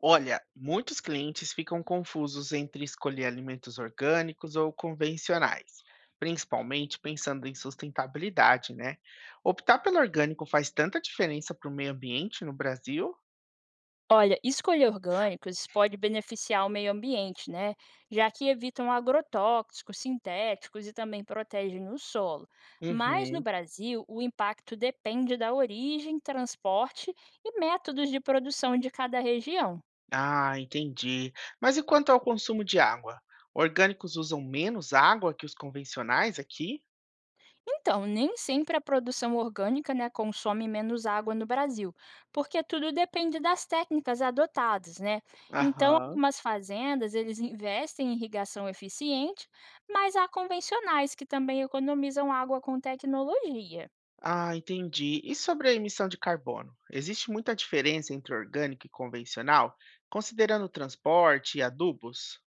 Olha, muitos clientes ficam confusos entre escolher alimentos orgânicos ou convencionais, principalmente pensando em sustentabilidade, né? Optar pelo orgânico faz tanta diferença para o meio ambiente no Brasil? Olha, escolher orgânicos pode beneficiar o meio ambiente, né? Já que evitam agrotóxicos, sintéticos e também protegem o solo. Mas no Uhum. Brasil, o impacto depende da origem, transporte e métodos de produção de cada região. Ah, entendi. Mas e quanto ao consumo de água? Orgânicos usam menos água que os convencionais aqui? Então, nem sempre a produção orgânica né, consome menos água no Brasil, porque tudo depende das técnicas adotadas, né? Então, Aham. algumas fazendas eles investem em irrigação eficiente, mas há convencionais que também economizam água com tecnologia. Ah, entendi. E sobre a emissão de carbono? Existe muita diferença entre orgânico e convencional, considerando o transporte e adubos?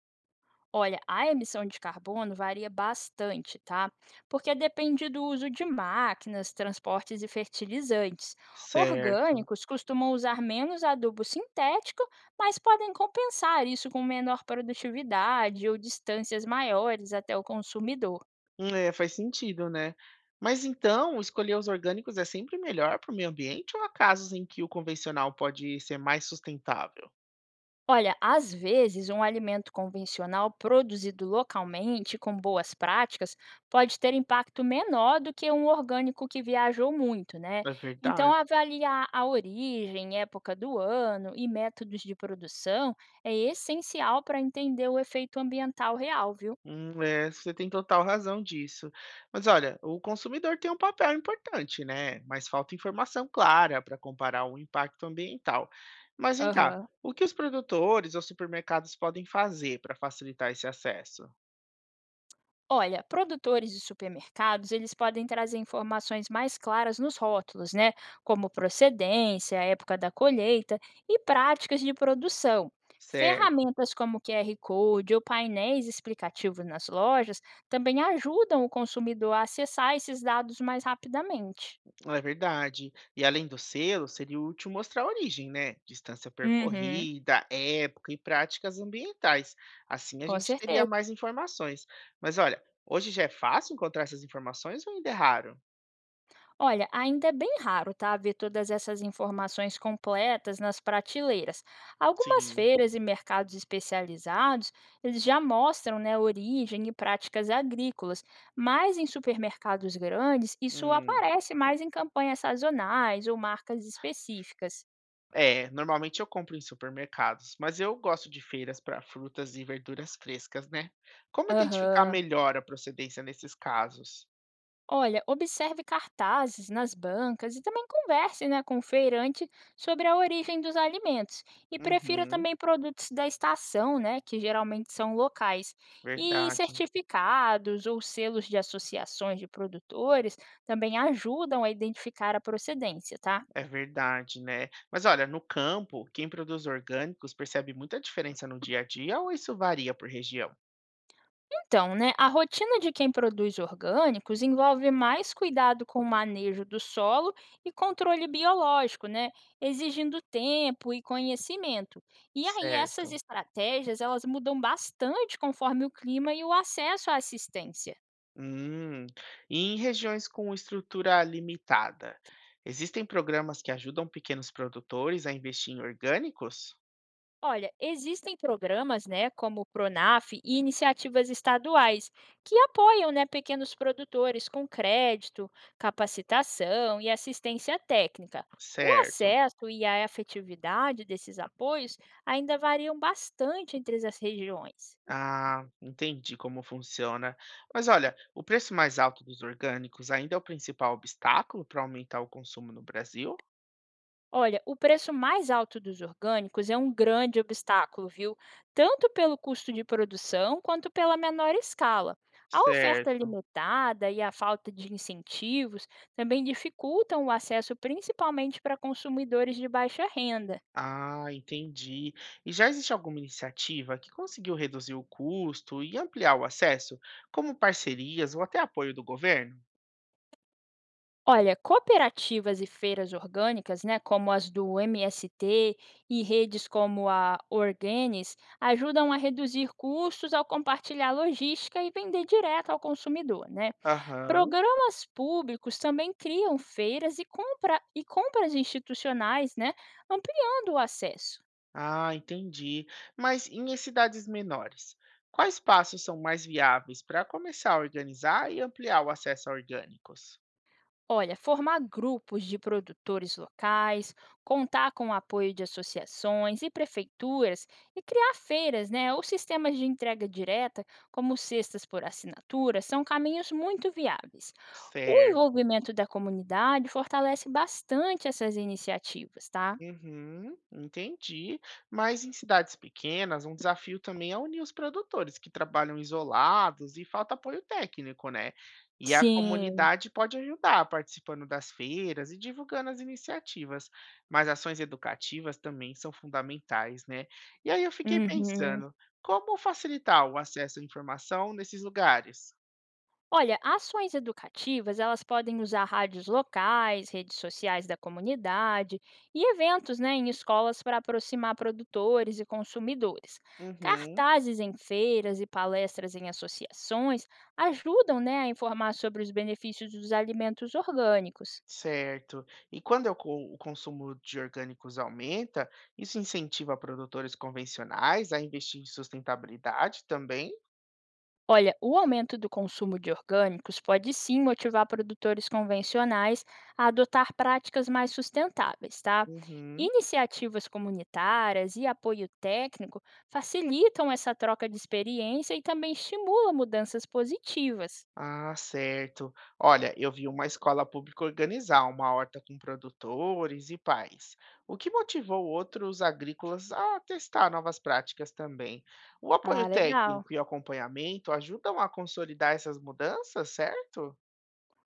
Olha, a emissão de carbono varia bastante, tá? Porque depende do uso de máquinas, transportes e fertilizantes. Certo. Orgânicos costumam usar menos adubo sintético, mas podem compensar isso com menor produtividade ou distâncias maiores até o consumidor. É, faz sentido, né? Mas então, escolher os orgânicos é sempre melhor para o meio ambiente ou há casos em que o convencional pode ser mais sustentável? Olha, às vezes um alimento convencional produzido localmente com boas práticas pode ter impacto menor do que um orgânico que viajou muito, né? É Então, verdade. avaliar a origem, época do ano e métodos de produção é essencial para entender o efeito ambiental real, viu? É, você tem total razão disso. Mas olha, o consumidor tem um papel importante, né? Mas falta informação clara para comparar o impacto ambiental. Mas vem cá, Aham. o que os produtores ou supermercados podem fazer para facilitar esse acesso? Olha, produtores e supermercados, eles podem trazer informações mais claras nos rótulos, né? Como procedência, época da colheita e práticas de produção. Certo, Ferramentas como QR Code ou painéis explicativos nas lojas também ajudam o consumidor a acessar esses dados mais rapidamente. é verdade. E além do selo, seria útil mostrar a origem, né? Distância Uhum, percorrida, época e práticas ambientais. Assim a com gente teria certeza. mais informações. Mas olha, hoje já é fácil encontrar essas informações ou ainda é raro? Olha, ainda é bem raro, tá, ver todas essas informações completas nas prateleiras. Algumas Sim. feiras e mercados especializados, eles já mostram, né, origem e práticas agrícolas, mas em supermercados grandes, isso Hum. aparece mais em campanhas sazonais ou marcas específicas. É, normalmente eu compro em supermercados, mas eu gosto de feiras para frutas e verduras frescas, né? Como identificar Aham. melhor a procedência nesses casos? Olha, observe cartazes nas bancas e também converse, né, com o feirante sobre a origem dos alimentos. E prefira Uhum, também produtos da estação, né, que geralmente são locais. E verdade. certificados ou selos de associações de produtores também ajudam a identificar a procedência, tá? É verdade, né? Mas olha, no campo, quem produz orgânicos percebe muita diferença no dia a dia ou isso varia por região? Então, né, a rotina de quem produz orgânicos envolve mais cuidado com o manejo do solo e controle biológico, né, exigindo tempo e conhecimento. E aí essas Certo. estratégias, elas mudam bastante conforme o clima e o acesso à assistência. Hum. E em regiões com estrutura limitada, existem programas que ajudam pequenos produtores a investir em orgânicos? Olha, existem programas, né, como o Pronaf e iniciativas estaduais que apoiam, né, pequenos produtores com crédito, capacitação e assistência técnica. O Certo. acesso e a efetividade desses apoios ainda variam bastante entre as regiões. Ah, entendi como funciona. Mas olha, o preço mais alto dos orgânicos ainda é o principal obstáculo para aumentar o consumo no Brasil? Olha, o preço mais alto dos orgânicos é um grande obstáculo, viu? Tanto pelo custo de produção quanto pela menor escala. A oferta Certo. limitada e a falta de incentivos também dificultam o acesso, principalmente para consumidores de baixa renda. Ah, entendi. E já existe alguma iniciativa que conseguiu reduzir o custo e ampliar o acesso, como parcerias ou até apoio do governo? Olha, cooperativas e feiras orgânicas, né, como as do MST e redes como a Organis, ajudam a reduzir custos ao compartilhar logística e vender direto ao consumidor, né? Aham. Programas públicos também criam feiras e compras institucionais, né, ampliando o acesso. Ah, entendi. Mas em cidades menores, quais passos são mais viáveis para começar a organizar e ampliar o acesso a orgânicos? Olha, formar grupos de produtores locais, contar com o apoio de associações e prefeituras e criar feiras, né, ou sistemas de entrega direta, como cestas por assinatura, são caminhos muito viáveis. O Certo. envolvimento da comunidade fortalece bastante essas iniciativas, tá? Uhum, entendi. Mas em cidades pequenas, um desafio também é unir os produtores que trabalham isolados e falta apoio técnico, né? E a Sim. comunidade pode ajudar participando das feiras e divulgando as iniciativas, mas ações educativas também são fundamentais, né? E aí eu fiquei Uhum. pensando, como facilitar o acesso à informação nesses lugares? Olha, ações educativas, elas podem usar rádios locais, redes sociais da comunidade e eventos, né, em escolas para aproximar produtores e consumidores. Uhum. Cartazes em feiras e palestras em associações ajudam, né, a informar sobre os benefícios dos alimentos orgânicos. Certo. E quando o consumo de orgânicos aumenta, isso incentiva produtores convencionais a investir em sustentabilidade também? Olha, o aumento do consumo de orgânicos pode sim motivar produtores convencionais a adotar práticas mais sustentáveis, tá? Uhum. Iniciativas comunitárias e apoio técnico facilitam essa troca de experiência e também estimulam mudanças positivas. Ah, certo. Olha, eu vi uma escola pública organizar uma horta com produtores e pais, o que motivou outros agrícolas a testar novas práticas também. O apoio Ah, legal. técnico e o acompanhamento ajudam a consolidar essas mudanças, certo?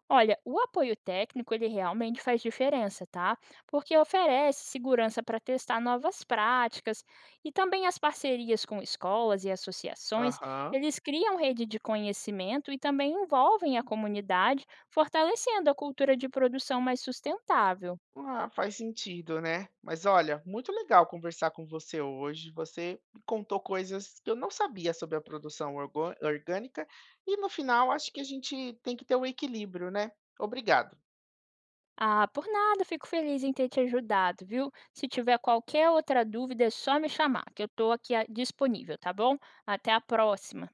Olha, o apoio técnico ele realmente faz diferença, tá? Porque oferece segurança para testar novas práticas e também as parcerias com escolas e associações, Aham. eles criam rede de conhecimento e também envolvem a comunidade, fortalecendo a cultura de produção mais sustentável. Ah, faz sentido, né? Mas olha, muito legal conversar com você hoje. Você me contou coisas que eu não sabia sobre a produção orgânica, e no final acho que a gente tem que ter um equilíbrio, né? Obrigado. Ah, por nada, fico feliz em ter te ajudado, viu? Se tiver qualquer outra dúvida, é só me chamar, que eu estou aqui disponível, tá bom? Até a próxima.